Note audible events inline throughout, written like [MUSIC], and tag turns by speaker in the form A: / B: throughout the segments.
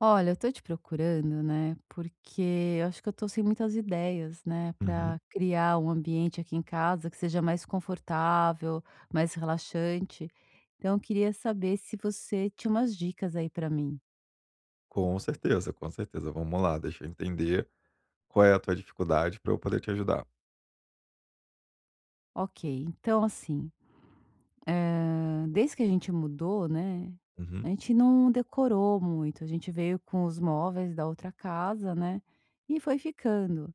A: Olha, eu tô te procurando, né, porque eu acho que eu tô sem muitas ideias, né,
B: Uhum.
A: pra criar um ambiente aqui em casa que seja mais confortável, mais relaxante. Então, eu queria saber se você tinha umas dicas aí pra mim.
B: Com certeza, com certeza. Vamos lá, deixa eu entender qual é a tua dificuldade para eu poder te ajudar.
A: Ok, então, assim, desde que a gente mudou, né,
B: Uhum.
A: a gente não decorou muito. A gente veio com os móveis da outra casa, né, e foi ficando.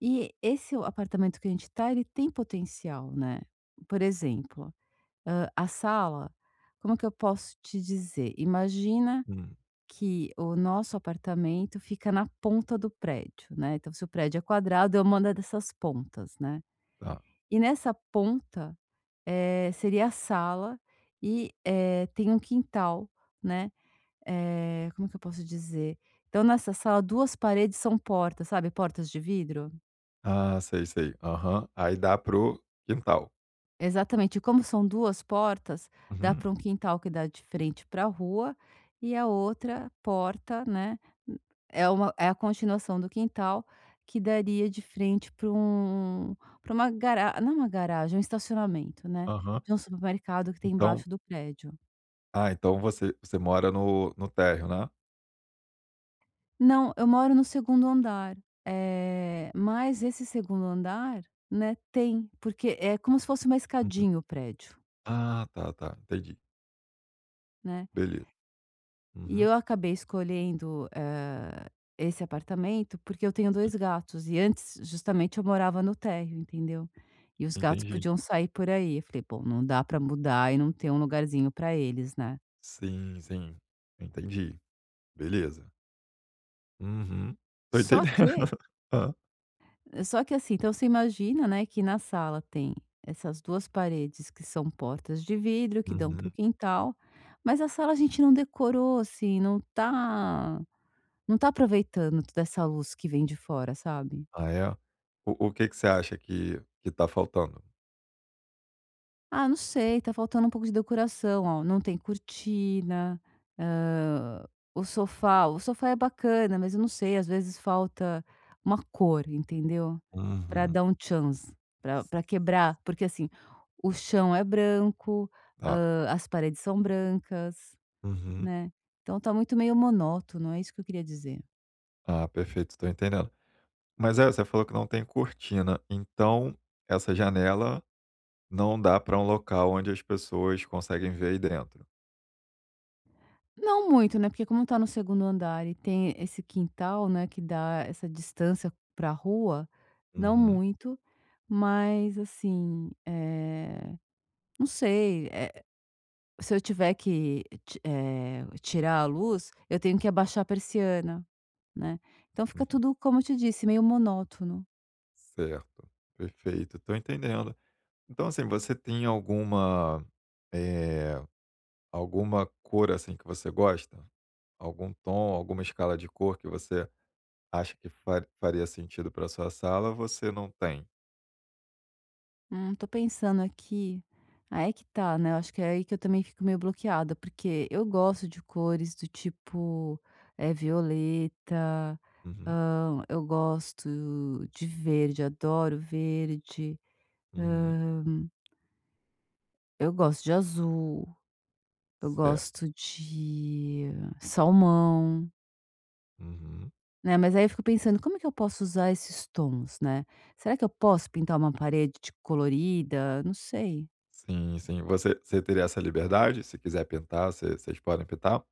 A: E esse apartamento que a gente tá, ele tem potencial, né? Por exemplo. Hã, a sala, como que eu posso te dizer? Imagina
B: Hum,
A: que o nosso apartamento fica na ponta do prédio, né, então se o prédio é quadrado, eu mando dessas pontas, né.
B: tá.
A: E nessa ponta, seria a sala e, tem um quintal, né, como que eu posso dizer? Então nessa sala, 2 paredes são portas, sabe, portas de vidro?
B: Ah, sei, sei. Aham. Aí dá pro quintal.
A: Exatamente. E como são 2 portas, dá
B: Uhum.
A: para um quintal que dá de frente para a rua e a outra porta, né, é uma é a continuação do quintal que daria de frente para um para uma gara não é uma garagem, é um estacionamento, né,
B: Aham.
A: de um supermercado que tem
B: Então
A: embaixo do prédio.
B: ah, então você mora no térreo, né?
A: Não, eu moro no segundo andar. É, mas esse segundo andar, né, tem, porque é como se fosse uma
B: Uhum.
A: escadinha o prédio,
B: Ah, tá, tá, entendi.
A: né.
B: Beleza.
A: E
B: Uhum.
A: eu acabei escolhendo, esse apartamento porque eu tenho
B: Sim,
A: 2 gatos e antes justamente eu morava no térreo, entendeu. E os gatos
B: entendi.
A: podiam sair por aí. Eu falei: "Bom, não dá para mudar e não ter um lugarzinho para eles, né".
B: Sim, sim. Entendi. Beleza. Uhum. Tô
A: Só
B: entendendo.
A: que
B: [LAUGHS] Hã.
A: só que assim, então você imagina, né, que na sala tem essas 2 paredes que são portas de vidro que dão para o
B: Uhum.
A: quintal, mas a sala a gente não decorou, assim, não tá aproveitando toda essa luz que vem de fora, sabe?
B: Ah, é? O que que você acha que tá faltando?
A: Ah, não sei, tá faltando um pouco de decoração, ó, não tem cortina, hã, o sofá é bacana, mas eu não sei, às vezes falta uma cor, entendeu? Pra
B: Uhum.
A: dar um chance, pra quebrar, porque assim, o chão é branco,
B: Tá.
A: hã, as paredes são brancas,
B: Uhum.
A: né, então tá muito meio monótono, é isso que eu queria dizer.
B: Ah, perfeito, estou entendendo. Mas é, você falou que não tem cortina, então essa janela não dá para um local onde as pessoas conseguem ver aí dentro.
A: Não muito, né, porque como tá no segundo andar e tem esse quintal, né, que dá essa distância pra rua, não
B: Uhum,
A: muito, mas assim, não sei, se eu tiver que tirar a luz, eu tenho que abaixar a persiana, né. Então fica
B: uhum.
A: tudo, como eu te disse, meio monótono.
B: Certo, perfeito, estou entendendo. Então, assim, você tem alguma, eh, alguma cor assim que você gosta? Algum tom, alguma escala de cor que você acha que fa- faria sentido para sua sala? Você não tem?
A: Tô pensando aqui. Aí é que tá, né, eu acho que é aí que eu também fico meio bloqueada, porque eu gosto de cores do tipo, é violeta,
B: Uhum,
A: hã, eu gosto de verde, adoro verde,
B: uhum.
A: hã, eu gosto de azul, eu
B: Certo.
A: gosto de salmão,
B: Uhum.
A: né, mas aí eu fico pensando: "Como é que eu posso usar esses tons, né? Será que eu posso pintar uma parede de colorida?" Não sei.
B: Sim, sim. Você você teria essa liberdade? Se quiser pintar, vocês podem pintar?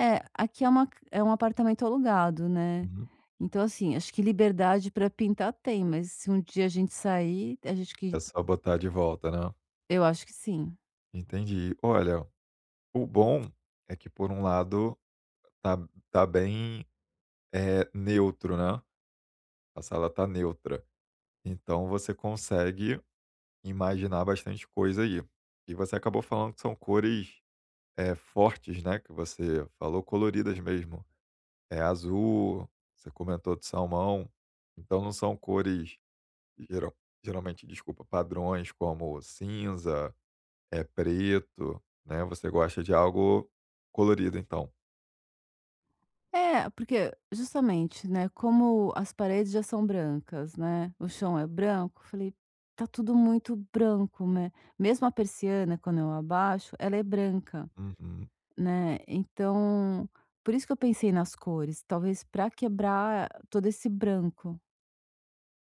A: É, aqui é uma é um apartamento alugado, né.
B: Uhum.
A: Então, assim, acho que liberdade para pintar tem, mas se um dia a gente sair, a gente
B: É
A: que
B: só botar de volta, né.
A: eu acho que sim.
B: Entendi. Olha, o bom é que por um lado tá tá bem, neutro, né, a sala tá neutra, então você consegue imaginar bastante coisa aí. E você acabou falando que são cores, fortes, né, que você falou coloridas mesmo. É azul, você comentou de salmão, então não são cores Geral geralmente, desculpa, padrões como cinza, é preto, né, você gosta de algo colorido então.
A: É, porque justamente, né, como as paredes já são brancas, né, o chão é branco, eu falei: "Tá tudo muito branco", né. Mesmo a persiana, quando eu abaixo, ela é branca,
B: Uhum,
A: né, então por isso que eu pensei nas cores, talvez para quebrar todo esse branco.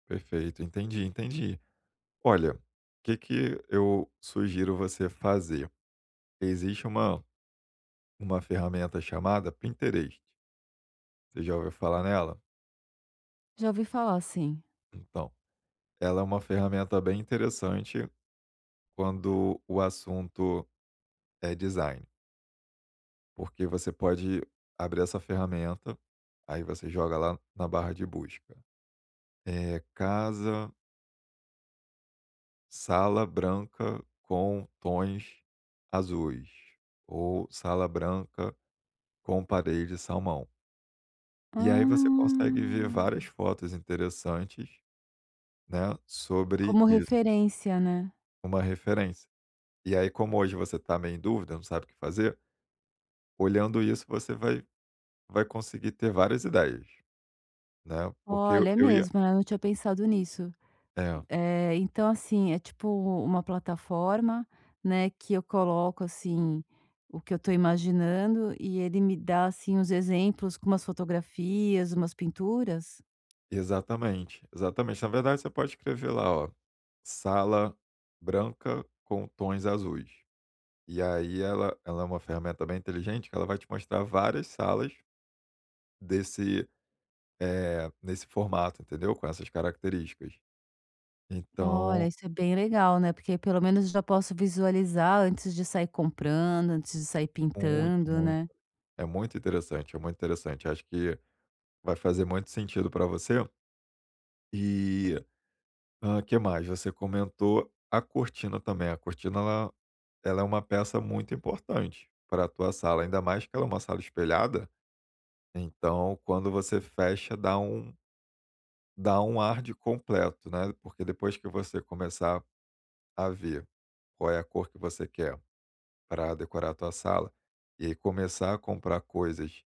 B: perfeito, entendi, entendi. Olha, o que que eu sugiro você fazer? Existe uma ferramenta chamada Pinterest, você já ouviu falar nela?
A: Já ouvi falar sim.
B: Então, ela é uma ferramenta bem interessante quando o assunto é design. Porque você pode abrir essa ferramenta, aí você joga lá na barra de busca. É casa, sala branca com tons azuis. Ou sala branca com parede salmão. E aí você consegue ver
A: Ah,
B: várias fotos interessantes, né, sobre
A: como
B: isso,
A: referência, né.
B: uma referência. E aí, como hoje você está meio em dúvida, não sabe o que fazer, olhando isso você vai vai conseguir ter várias ideias, né. Porque eu
A: Olha, é
B: eu ia
A: mesmo, né, eu não tinha pensado nisso.
B: é.
A: Então assim, é tipo uma plataforma, né, que eu coloco, assim, o que eu tô imaginando e ele me dá, assim, uns exemplos com umas fotografias, umas pinturas?
B: Exatamente, exatamente. Na verdade, você pode escrever lá, ó, sala branca com tons azuis. E aí ela é uma ferramenta bem inteligente que ela vai te mostrar várias salas desse, nesse formato, entendeu? Com essas características. Então,
A: Olha, isso é bem legal, né, porque aí pelo menos já posso visualizar antes de sair comprando, antes de sair
B: muito,
A: pintando,
B: muito.
A: né.
B: É muito interessante, é muito interessante. Acho que vai fazer muito sentido para você. E o que mais? Você comentou a cortina também. A cortina ela é uma peça muito importante para a tua sala, ainda mais que ela é uma sala espelhada, então quando você fecha dá um ar de completo, né, porque depois que você começar a ver qual é a cor que você quer para decorar a tua sala, e aí começar a comprar coisas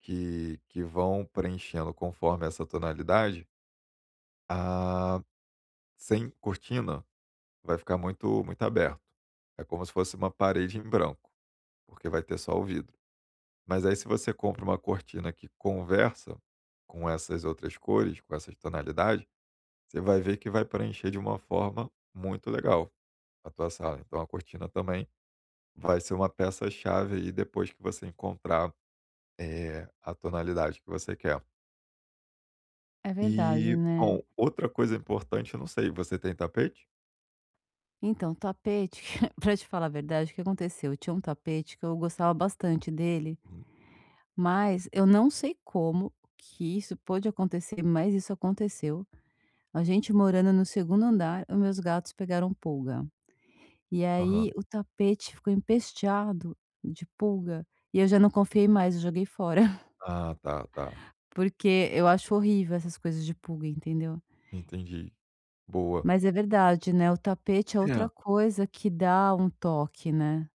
B: que vão preenchendo conforme essa tonalidade, a sem cortina vai ficar muito muito aberto. É como se fosse uma parede em branco, porque vai ter só o vidro. Mas aí se você compra uma cortina que conversa com essas outras cores, com essas tonalidades, você vai ver que vai preencher de uma forma muito legal a tua sala. Então a cortina também vai ser uma peça-chave aí depois que você encontrar, a tonalidade que você quer.
A: É verdade,
B: E, bom,
A: né.
B: outra coisa importante, eu não sei, você tem tapete?
A: Então, tapete, [LAUGHS] pra te falar a verdade, o que aconteceu? Eu tinha um tapete que eu gostava bastante dele,
B: Hum,
A: mas eu não sei como que isso pôde acontecer, mas isso aconteceu. A gente morando no segundo andar, os meus gatos pegaram pulga. E
B: aham.
A: aí o tapete ficou empesteado de pulga e eu já não confiei mais, eu joguei fora, [LAUGHS]
B: Ah, tá, tá.
A: porque eu acho horrível essas coisas de pulga, entendeu?
B: Entendi. Boa.
A: Mas é verdade, né? O tapete é
B: É.
A: outra coisa que dá um toque, né?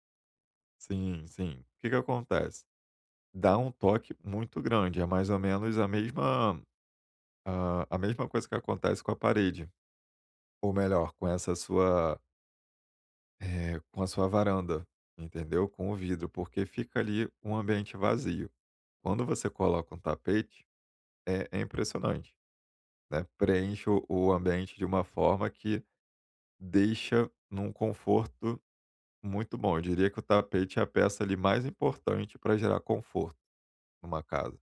B: Sim, sim. O que que acontece? Dá um toque muito grande, é mais ou menos a mesma a mesma coisa que acontece com a parede, ou melhor, com essa sua, com a sua varanda, entendeu? Com o vidro, porque fica ali um ambiente vazio. Quando você coloca um tapete, é é impressionante, né, preenche o ambiente de uma forma que deixa num conforto muito bom. Eu diria que o tapete é a peça ali mais importante para gerar conforto numa casa,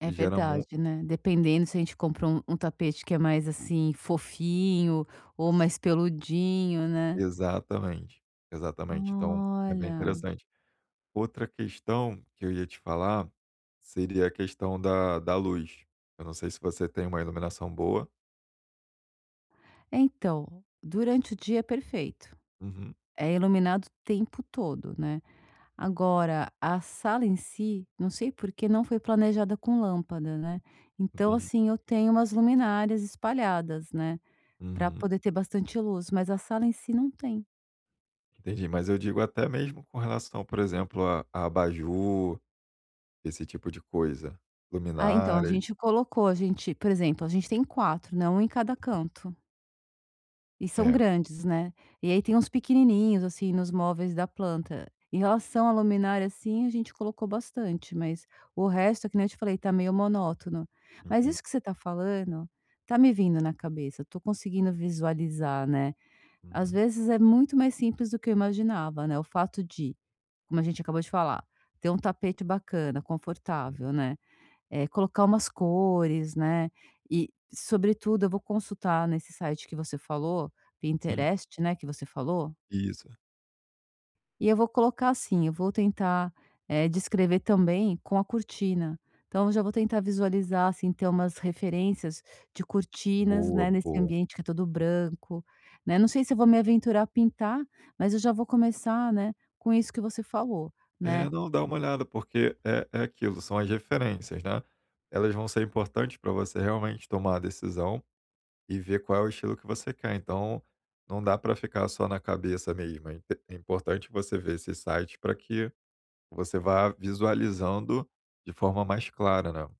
A: É
B: e gera
A: verdade, né, dependendo se a gente compra um tapete que é mais, assim, fofinho ou mais peludinho, né.
B: exatamente, exatamente. Então, é bem
A: Olha,
B: interessante. Outra questão que eu ia te falar seria a questão da luz. Eu não sei se você tem uma iluminação boa.
A: é então, durante o dia é perfeito,
B: Uhum,
A: é iluminado o tempo todo, né. Agora a sala em si, não sei por que não foi planejada com lâmpada, né. Então,
B: entendi.
A: assim, eu tenho umas luminárias espalhadas, né, para
B: Uhum,
A: poder ter bastante luz, mas a sala em si não tem.
B: entendi. Mas eu digo até mesmo com relação, por exemplo, a abajur, esse tipo de coisa,
A: Ah, então, a
B: luminárias.
A: gente colocou, a gente por exemplo, a gente tem 4, né, 1 em cada canto, e são
B: É,
A: grandes, né. E aí tem uns pequenininhos, assim, nos móveis da planta. Em relação à luminária, assim, a gente colocou bastante, mas o resto, é que nem eu te falei, tá meio monótono. Mas
B: entendi.
A: isso que você tá falando, tá me vindo na cabeça, eu tô conseguindo visualizar, né. Às
B: Uhum,
A: vezes é muito mais simples do que eu imaginava, né, o fato de, como a gente acabou de falar, ter um tapete bacana,
B: uhum.
A: confortável, né. Colocar umas cores, né, e sobretudo eu vou consultar nesse site que você falou,
B: Sim,
A: Pinterest, né, que você falou,
B: isso.
A: e eu vou colocar assim, eu vou tentar, descrever também com a cortina. Então eu já vou tentar visualizar, assim, ter umas referências de cortinas,
B: Boa,
A: né, nesse
B: boa.
A: ambiente que é todo branco, né. Não sei se eu vou me aventurar a pintar, mas eu já vou começar, né, com isso que você falou,
B: É,
A: né.
B: não, dá uma olhada, porque é, é aquilo, são as referências, né? Elas vão ser importantes para você realmente tomar a decisão e ver qual é o estilo que você quer. Então, não dá para ficar só na cabeça mesmo. É inte- é importante você ver esse site para que você vá visualizando de forma mais clara, né? O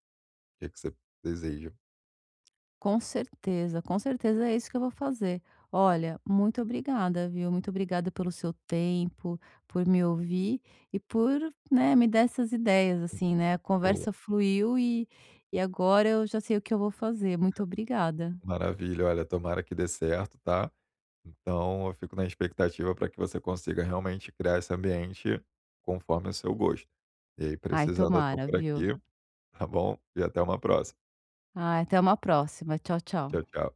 B: que, que você deseja.
A: Com certeza é isso que eu vou fazer. Olha, muito obrigada, viu? Muito obrigada pelo seu tempo, por me ouvir e por, né, me dar essas ideias, assim, né? A
B: Boa,
A: conversa fluiu e agora eu já sei o que eu vou fazer. Muito obrigada.
B: maravilha. Olha, tomara que dê certo, tá? Então, eu fico na expectativa para que você consiga realmente criar esse ambiente conforme o seu gosto. E aí,
A: Ai,
B: precisando, eu estou
A: tomara,
B: por
A: viu?
B: aqui, tá bom? E até uma próxima.
A: Ai, até uma próxima. Tchau,
B: Tchau,
A: tchau.
B: tchau.